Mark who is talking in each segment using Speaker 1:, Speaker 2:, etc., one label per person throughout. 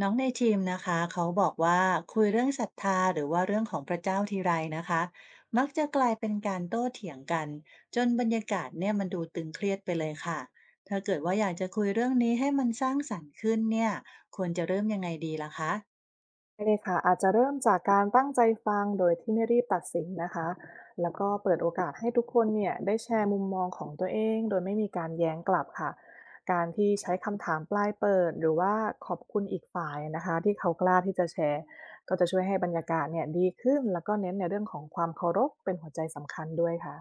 Speaker 1: น้องในทีมนะคะเขาบอกว่าคุยเรื่องศรัทธาหรือว่าเรื่องของพระเจ้าทีไรนะคะมักจะกลายเป็นการโต้เถียงกันจนบรรยากาศเนี่ยมันดูตึงเครียดไปเลยค่ะถ้าเกิดว่าอยากจะคุยเรื่องนี้ให้มันสร้างสรรค์ขึ้นเนี่ยควรจะเริ่มยังไงดีล่ะคะ
Speaker 2: ได้เลยค่ะอาจจะเริ่มจากการตั้งใจฟังโดยที่ไม่รีบตัดสินนะคะแล้วก็เปิดโอกาสให้ทุกคนเนี่ยได้แชร์มุมมองของตัวเองโดยไม่มีการแย้งกลับค่ะการที่ใช้คำถามปลายเปิดหรือว่าขอบคุณอีกฝ่ายนะคะที่เขากล้าที่จะแชร์ก็จะช่วยให้บรรยากาศเนี่ยดีขึ้นแล้วก็เน้นในเรื่องของความเคารพเป็นหัวใจสำคัญด้วยค่ะ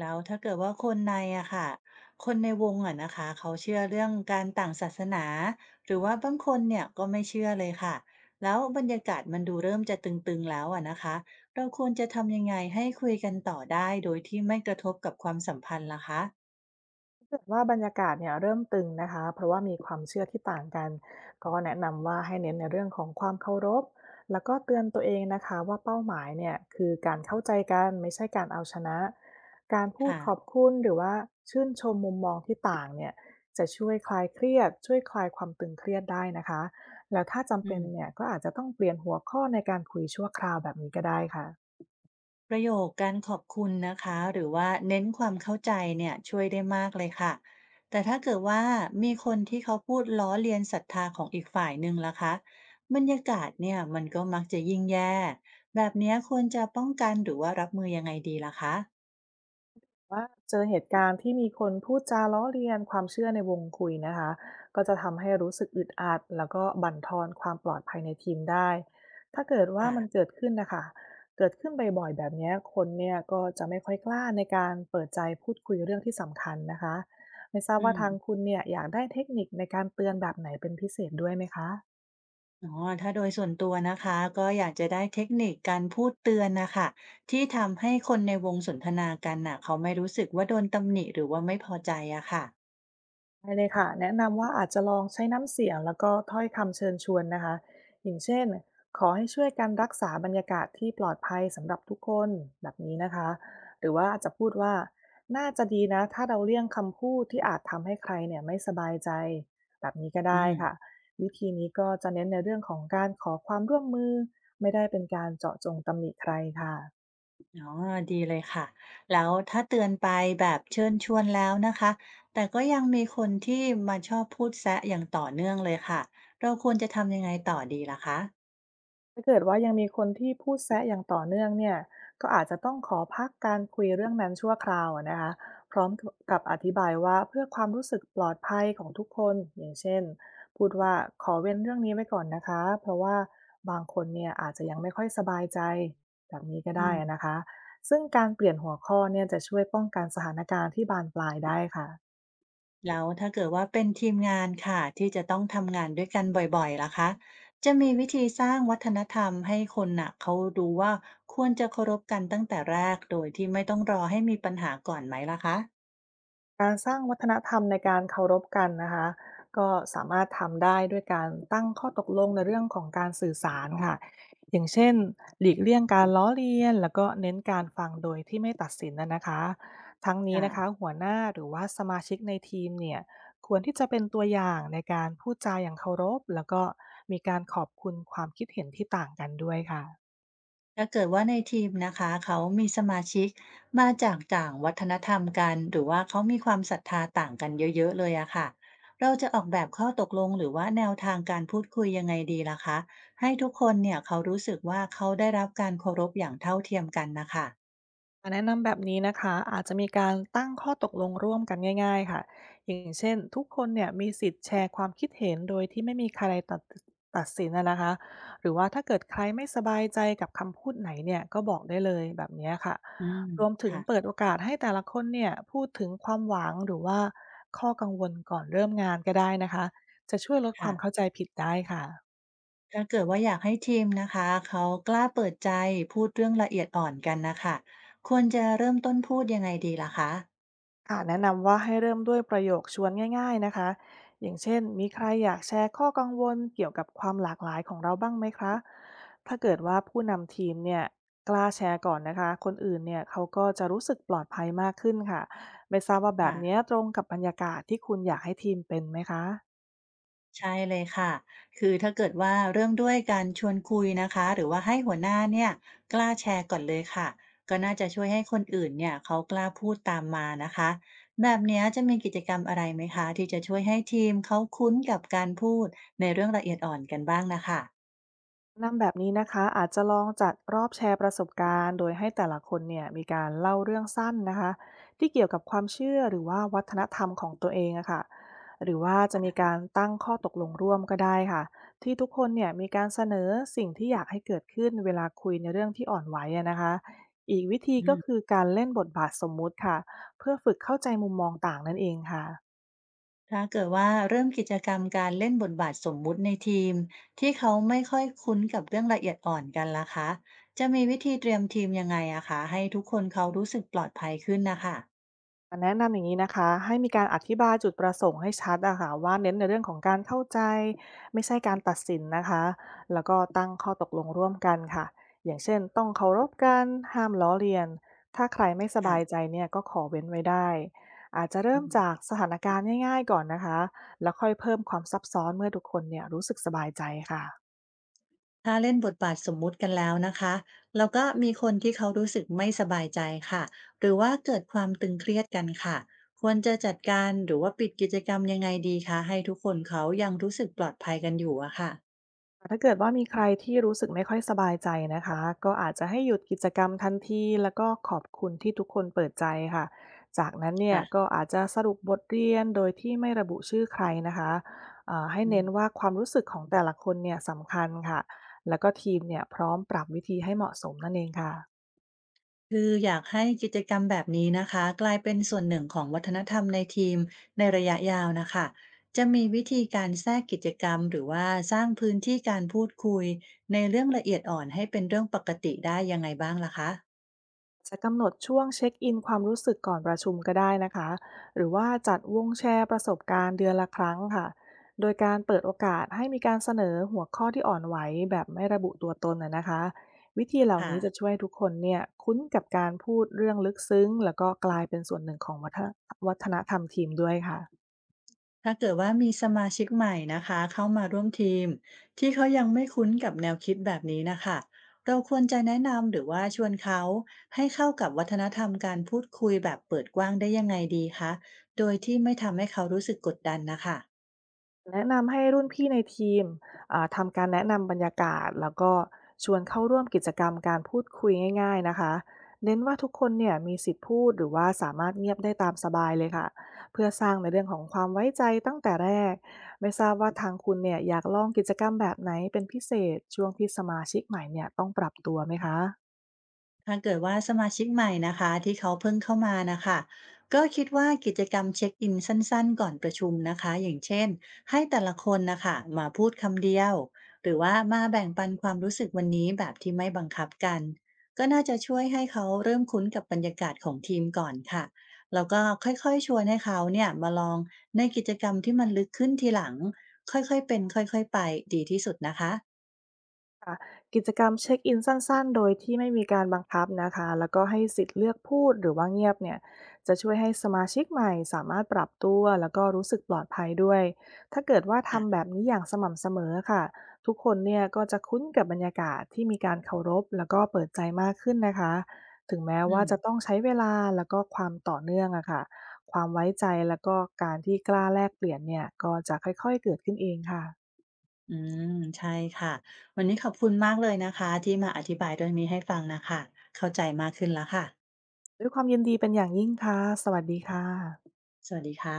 Speaker 1: แล้วถ้าเกิดว่าคนในอะค่ะคนในวงอะนะคะเขาเชื่อเรื่องการต่างศาสนาหรือว่าบางคนเนี่ยก็ไม่เชื่อเลยค่ะแล้วบรรยากาศมันดูเริ่มจะตึงๆแล้วอะนะคะเราควรจะทำยังไงให้คุยกันต่อได้โดยที่ไม่กระทบกับความสัมพันธ์ล่ะคะ
Speaker 2: ถ้าเกิดว่าบรรยากาศเนี่ยเริ่มตึงนะคะเพราะว่ามีความเชื่อที่ต่างกันก็แนะนำว่าให้เน้นในเรื่องของความเคารพแล้วก็เตือนตัวเองนะคะว่าเป้าหมายเนี่ยคือการเข้าใจกันไม่ใช่การเอาชนะการพูดขอบ
Speaker 1: ค่ะ
Speaker 2: คุณหรือว่าชื่นชมมุมมองที่ต่างเนี่ยจะช่วยคลายเครียดช่วยคลายความตึงเครียดได้นะคะแล้วถ้าจำ
Speaker 1: อื
Speaker 2: เป็น
Speaker 1: ม
Speaker 2: เนี่ยก็อาจจะต้องเปลี่ยนหัวข้อในการคุยชั่วคราวแบบนี้ก็ได้ค่ะ
Speaker 1: ประโยคการขอบคุณนะคะหรือว่าเน้นความเข้าใจเนี่ยช่วยได้มากเลยค่ะแต่ถ้าเกิดว่ามีคนที่เขาพูดล้อเลียนศรัทธาของอีกฝ่ายหนึ่งล่ะคะบรรยากาศเนี่ยมันก็มักจะยิ่งแย่แบบเนี้ยควรจะป้องกันหรือว่ารับมือยังไงดีล่ะคะ
Speaker 2: ว่าเจอเหตุการณ์ที่มีคนพูดจาล้อเลียนความเชื่อในวงคุยนะคะก็จะทำให้รู้สึกอึดอัดแล้วก็บั่นทอนความปลอดภัยในทีมได้ถ้าเกิดว่า
Speaker 1: ค่ะ
Speaker 2: มันเกิดขึ้นนะคะเกิดขึ้นบ่อยๆแบบเนี้ยคนเนี่ยก็จะไม่ค่อยกล้าในการเปิดใจพูดคุยเรื่องที่สำคัญนะคะไม่ทราบ
Speaker 1: อื
Speaker 2: ว่า
Speaker 1: ม
Speaker 2: ทางคุณเนี่ยอยากได้เทคนิคในการเตือนแบบไหนเป็นพิเศษด้วยไหมคะ
Speaker 1: อ๋อถ้าโดยส่วนตัวนะคะก็อยากจะได้เทคนิคการพูดเตือนนะคะที่ทำให้คนในวงสนทนากันน่ะเขาไม่รู้สึกว่าโดนตำหนิหรือว่าไม่พอใจอะค่ะ
Speaker 2: ได้เลยค่ะแนะนำว่าอาจจะลองใช้น้ำเสียงแล้วก็ถ้อยคำเชิญชวนนะคะอย่างเช่นขอให้ช่วยกันรักษาบรรยากาศที่ปลอดภัยสำหรับทุกคนแบบนี้นะคะหรือว่าอาจจะพูดว่าน่าจะดีนะถ้าเราเลี่ยงคำพูดที่อาจทำให้ใครเนี่ยไม่สบายใจแบบนี้ก็
Speaker 1: อื
Speaker 2: ได้
Speaker 1: ม
Speaker 2: ค่ะวิธีนี้ก็จะเน้นในเรื่องของการขอความร่วมมือไม่ได้เป็นการเจาะจงตำหนิใครค่ะ
Speaker 1: อ๋อดีเลยค่ะแล้วถ้าเตือนไปแบบเชิญชวนแล้วนะคะแต่ก็ยังมีคนที่มาชอบพูดแซะอย่างต่อเนื่องเลยค่ะเราควรจะทำยังไงต่อดีล่ะคะ
Speaker 2: ถ้าเกิดว่ายังมีคนที่พูดแซะอย่างต่อเนื่องเนี่ยก็อาจจะต้องขอพักการคุยเรื่องนั้นชั่วคราวอะนะคะพร้อมกับอธิบายว่าเพื่อความรู้สึกปลอดภัยของทุกคนอย่างเช่นพูดว่าขอเว้นเรื่องนี้ไว้ก่อนนะคะเพราะว่าบางคนเนี่ยอาจจะยังไม่ค่อยสบายใจแบบนี้ก็
Speaker 1: อื
Speaker 2: ได้อะนะ
Speaker 1: ม
Speaker 2: คะซึ่งการเปลี่ยนหัวข้อเนี่ยจะช่วยป้องกันสถานการณ์ที่บานปลายได้ค่ะ
Speaker 1: แล้วถ้าเกิดว่าเป็นทีมงานค่ะที่จะต้องทำงานด้วยกันบ่อยๆล่ะคะจะมีวิธีสร้างวัฒนธรรมให้คนน่ะเขารู้ว่าควรจะเคารพกันตั้งแต่แรกโดยที่ไม่ต้องรอให้มีปัญหาก่อนไหมล่ะคะ
Speaker 2: การสร้างวัฒนธรรมในการเคารพกันนะคะก็สามารถทำได้ด้วยการตั้งข้อตกลงในเรื่องของการสื่อสารค่ะอย่างเช่นหลีกเลี่ยงการล้อเลียนแล้วก็เน้นการฟังโดยที่ไม่ตัดสินนะคะทั้งนี้นะคะ
Speaker 1: ค่ะ
Speaker 2: หัวหน้าหรือว่าสมาชิกในทีมเนี่ยควรที่จะเป็นตัวอย่างในการพูดจาอย่างเคารพแล้วก็มีการขอบคุณความคิดเห็นที่ต่างกันด้วยค่ะ
Speaker 1: ถ้าเกิดว่าในทีมนะคะเขามีสมาชิกมาจากต่างวัฒนธรรมกันหรือว่าเขามีความศรัทธาต่างกันเยอะๆเลยอะค่ะเราจะออกแบบข้อตกลงหรือว่าแนวทางการพูดคุยยังไงดีล่ะคะให้ทุกคนเนี่ยเขารู้สึกว่าเขาได้รับการเคารพอย่างเท่าเทียมกันนะคะ
Speaker 2: แนะนำแบบนี้นะคะอาจจะมีการตั้งข้อตกลงร่วมกันง่ายๆค่ะอย่างเช่นทุกคนเนี่ยมีสิทธิ์แชร์ความคิดเห็นโดยที่ไม่มีใครตัดสินนะคะหรือว่าถ้าเกิดใครไม่สบายใจกับคำพูดไหนเนี่ยก็บอกได้เลยแบบเนี้ยค่ะ
Speaker 1: อืม
Speaker 2: รวมถึงเปิด
Speaker 1: ค่ะ
Speaker 2: โอกาสให้แต่ละคนเนี่ยพูดถึงความหวังหรือว่าข้อกังวลก่อนเริ่มงานก็ได้นะคะจะช่วยลดควา
Speaker 1: ค่ะ
Speaker 2: มเข้าใจผิดได้ค่ะ
Speaker 1: ถ้าเกิดว่าอยากให้ทีมนะคะเขากล้าเปิดใจพูดเรื่องละเอียดอ่อนกันนะคะควรจะเริ่มต้นพูดยังไงดีล่ะคะ
Speaker 2: ค่ะแนะนำว่าให้เริ่มด้วยประโยคชวนง่ายๆนะคะอย่างเช่นมีใครอยากแชร์ข้อกังวลเกี่ยวกับความหลากหลายของเราบ้างไหมคะถ้าเกิดว่าผู้นำทีมเนี่ยกล้าแชร์ก่อนนะคะคนอื่นเนี่ยเขาก็จะรู้สึกปลอดภัยมากขึ้นค่ะไม่ทราบว่าแบบ
Speaker 1: ค่ะ
Speaker 2: เนี้ยตรงกับบรรยากาศที่คุณอยากให้ทีมเป็นไหมคะ
Speaker 1: ใช่เลยค่ะ คือถ้าเกิดว่าเริ่มด้วยการชวนคุยนะคะ หรือว่าให้หัวหน้าเนี่ยกล้าแชร์ก่อนเลยค่ะ ก็น่าจะช่วยให้คนอื่นเนี่ยเขากล้าพูดตามมานะคะ แบบเนี้ยจะมีกิจกรรมอะไรไหมคะที่จะช่วยให้ทีมเขาคุ้นกับการพูดในเรื่องละเอียดอ่อนกันบ้างนะคะ
Speaker 2: นำแบบนี้นะคะอาจจะลองจัดรอบแชร์ประสบการณ์โดยให้แต่ละคนเนี่ยมีการเล่าเรื่องสั้นนะคะที่เกี่ยวกับความเชื่อหรือว่าวัฒนธรรมของตัวเองอะค่ะหรือว่าจะมีการตั้งข้อตกลงร่วมก็ได้ค่ะที่ทุกคนเนี่ยมีการเสนอสิ่งที่อยากให้เกิดขึ้นเวลาคุยในเรื่องที่อ่อนไหวอะนะคะอีกวิธี
Speaker 1: อื
Speaker 2: ก็คื
Speaker 1: ม
Speaker 2: อการเล่นบทบาทสมมุติค่ะเพื่อฝึกเข้าใจมุมมองต่างนั่นเองค่ะ
Speaker 1: ถ้าเกิดว่าเริ่มกิจกรรมการเล่นบทบาทสมมุติในทีมที่เขาไม่ค่อยคุ้นกับเรื่องละเอียดอ่อนกันล่ะคะจะมีวิธีเตรียมทีมยังไงอะคะให้ทุกคนเขารู้สึกปลอดภัยขึ้นนะคะ
Speaker 2: แนะนำอย่างนี้นะคะให้มีการอธิบายจุดประสงค์ให้ชัดอะค่ะว่าเน้นในเรื่องของการเข้าใจไม่ใช่การตัดสินนะคะแล้วก็ตั้งข้อตกลงร่วมกันค่ะอย่างเช่นต้องเคารพกันห้ามล้อเลียนถ้าใครไม่ส
Speaker 1: ค่ะ
Speaker 2: บายใจเนี่ยก็ขอเว้นไว้ได้อาจจะเริ่
Speaker 1: อื
Speaker 2: ม
Speaker 1: ม
Speaker 2: จากสถานการณ์ง่ายๆก่อนนะคะแล้วค่อยเพิ่มความซับซ้อนเมื่อทุกคนเนี่ยรู้สึกสบายใจค่ะ
Speaker 1: ถ้าเล่นบทบาทสมมุติกันแล้วนะคะแล้วก็มีคนที่เขารู้สึกไม่สบายใจค่ะหรือว่าเกิดความตึงเครียดกันค่ะควรจะจัดการหรือว่าปิดกิจกรรมยังไงดีคะให้ทุกคนเขายังรู้สึกปลอดภัยกันอยู่อะค่ะ
Speaker 2: ถ้าเกิดว่ามีใครที่รู้สึกไม่ค่อยสบายใจนะคะก็อาจจะให้หยุดกิจกรรมทันทีแล้วก็ขอบคุณที่ทุกคนเปิดใจค่ะจากนั้นเนี่ย
Speaker 1: ค่ะ
Speaker 2: ก็อาจจะสรุปบทเรียนโดยที่ไม่ระบุชื่อใครนะคะให้
Speaker 1: อื
Speaker 2: เน้นว่า
Speaker 1: ม
Speaker 2: ความรู้สึกของแต่ละคนเนี่ยสำคัญค่ะแล้วก็ทีมเนี่ยพร้อมปรับวิธีให้เหมาะสมนั่นเองค่ะ
Speaker 1: คืออยากให้กิจกรรมแบบนี้นะคะกลายเป็นส่วนหนึ่งของวัฒนธรรมในทีมในระยะยาวนะคะจะมีวิธีการแทรกกิจกรรมหรือว่าสร้างพื้นที่การพูดคุยในเรื่องละเอียดอ่อนให้เป็นเรื่องปกติได้ยังไงบ้างล่ะคะ
Speaker 2: จะกำหนดช่วงเช็คอินความรู้สึกก่อนประชุมก็ได้นะคะหรือว่าจัดวงแชร์ประสบการณ์เดือนละครั้งค่ะโดยการเปิดโอกาสให้มีการเสนอหัวข้อที่อ่อนไหวแบบไม่ระบุตัวตนนะคะวิธีเหล่า
Speaker 1: ค่ะ
Speaker 2: นี้จะช่วยให้ทุกคนเนี่ยคุ้นกับการพูดเรื่องลึกซึ้งแล้วก็กลายเป็นส่วนหนึ่งของวัฒนธรรมทีมด้วยค่ะ
Speaker 1: ถ้าเกิดว่ามีสมาชิกใหม่นะคะเข้ามาร่วมทีมที่เขายังไม่คุ้นกับแนวคิดแบบนี้นะคะเราควรจะแนะนำหรือว่าชวนเขาให้เข้ากับวัฒนธรรมการพูดคุยแบบเปิดกว้างได้ยังไงดีคะโดยที่ไม่ทำให้เขารู้สึกกดดันนะคะ
Speaker 2: แนะนำให้รุ่นพี่ในทีมทำการแนะนำบรรยากาศแล้วก็ชวนเข้าร่วมกิจกรรมการพูดคุยง่ายๆนะคะเน้นว่าทุกคนเนี่ยมีสิทธิ์พูดหรือว่าสามารถเงียบได้ตามสบายเลยค่ะเพื่อสร้างในเรื่องของความไว้ใจตั้งแต่แรกไม่ทราบว่าทางคุณเนี่ยอยากลองกิจกรรมแบบไหนเป็นพิเศษช่วงที่สมาชิกใหม่เนี่ยต้องปรับตัวไหมคะ
Speaker 1: ถ้าเกิดว่าสมาชิกใหม่นะคะที่เขาเพิ่งเข้ามานะคะก็คิดว่ากิจกรรมเช็คอินสั้นๆก่อนประชุมนะคะอย่างเช่นให้แต่ละคนนะคะมาพูดคำเดียวหรือว่ามาแบ่งปันความรู้สึกวันนี้แบบที่ไม่บังคับกันก็น่าจะช่วยให้เขาเริ่มคุ้นกับบรรยากาศของทีมก่อนค่ะแล้วก็ค่อยๆชวนให้เขาเนี่ยมาลองในกิจกรรมที่มันลึกขึ้นทีหลังค่อยๆเป็นค่อยๆไปดีที่สุดนะคะ
Speaker 2: ค่ะกิจกรรมเช็คอินสั้นๆ โดยที่ไม่มีการบังคับนะคะแล้วก็ให้สิทธิ์เลือกพูดหรือว่าเงียบเนี่ยจะช่วยให้สมาชิกใหม่สามารถปรับตัวแล้วก็รู้สึกปลอดภัยด้วย ถ้าเกิดว่าทำแบ
Speaker 1: อ่ะ
Speaker 2: บนี้อย่างสม่ำเสมอค่ะทุกคนเนี่ยก็จะคุ้นกับบรรยากาศที่มีการเคารพแล้วก็เปิดใจมากขึ้นนะคะถึงแม้
Speaker 1: อื
Speaker 2: ว่า
Speaker 1: ม
Speaker 2: จะต้องใช้เวลาแล้วก็ความต่อเนื่องอะค่ะความไว้ใจแล้วก็การที่กล้าแลกเปลี่ยนเนี่ยก็จะค่อยๆเกิดขึ้นเองค่ะ
Speaker 1: อืมใช่ค่ะวันนี้ขอบคุณมากเลยนะคะที่มาอธิบายเรื่องนี้ให้ฟังนะค่ะเข้าใจมากขึ้นแล้วค่ะ
Speaker 2: ด้วยความยินดีเป็นอย่างยิ่งค่ะ สวัสดีค่ะ
Speaker 1: สวัสดีค่ะ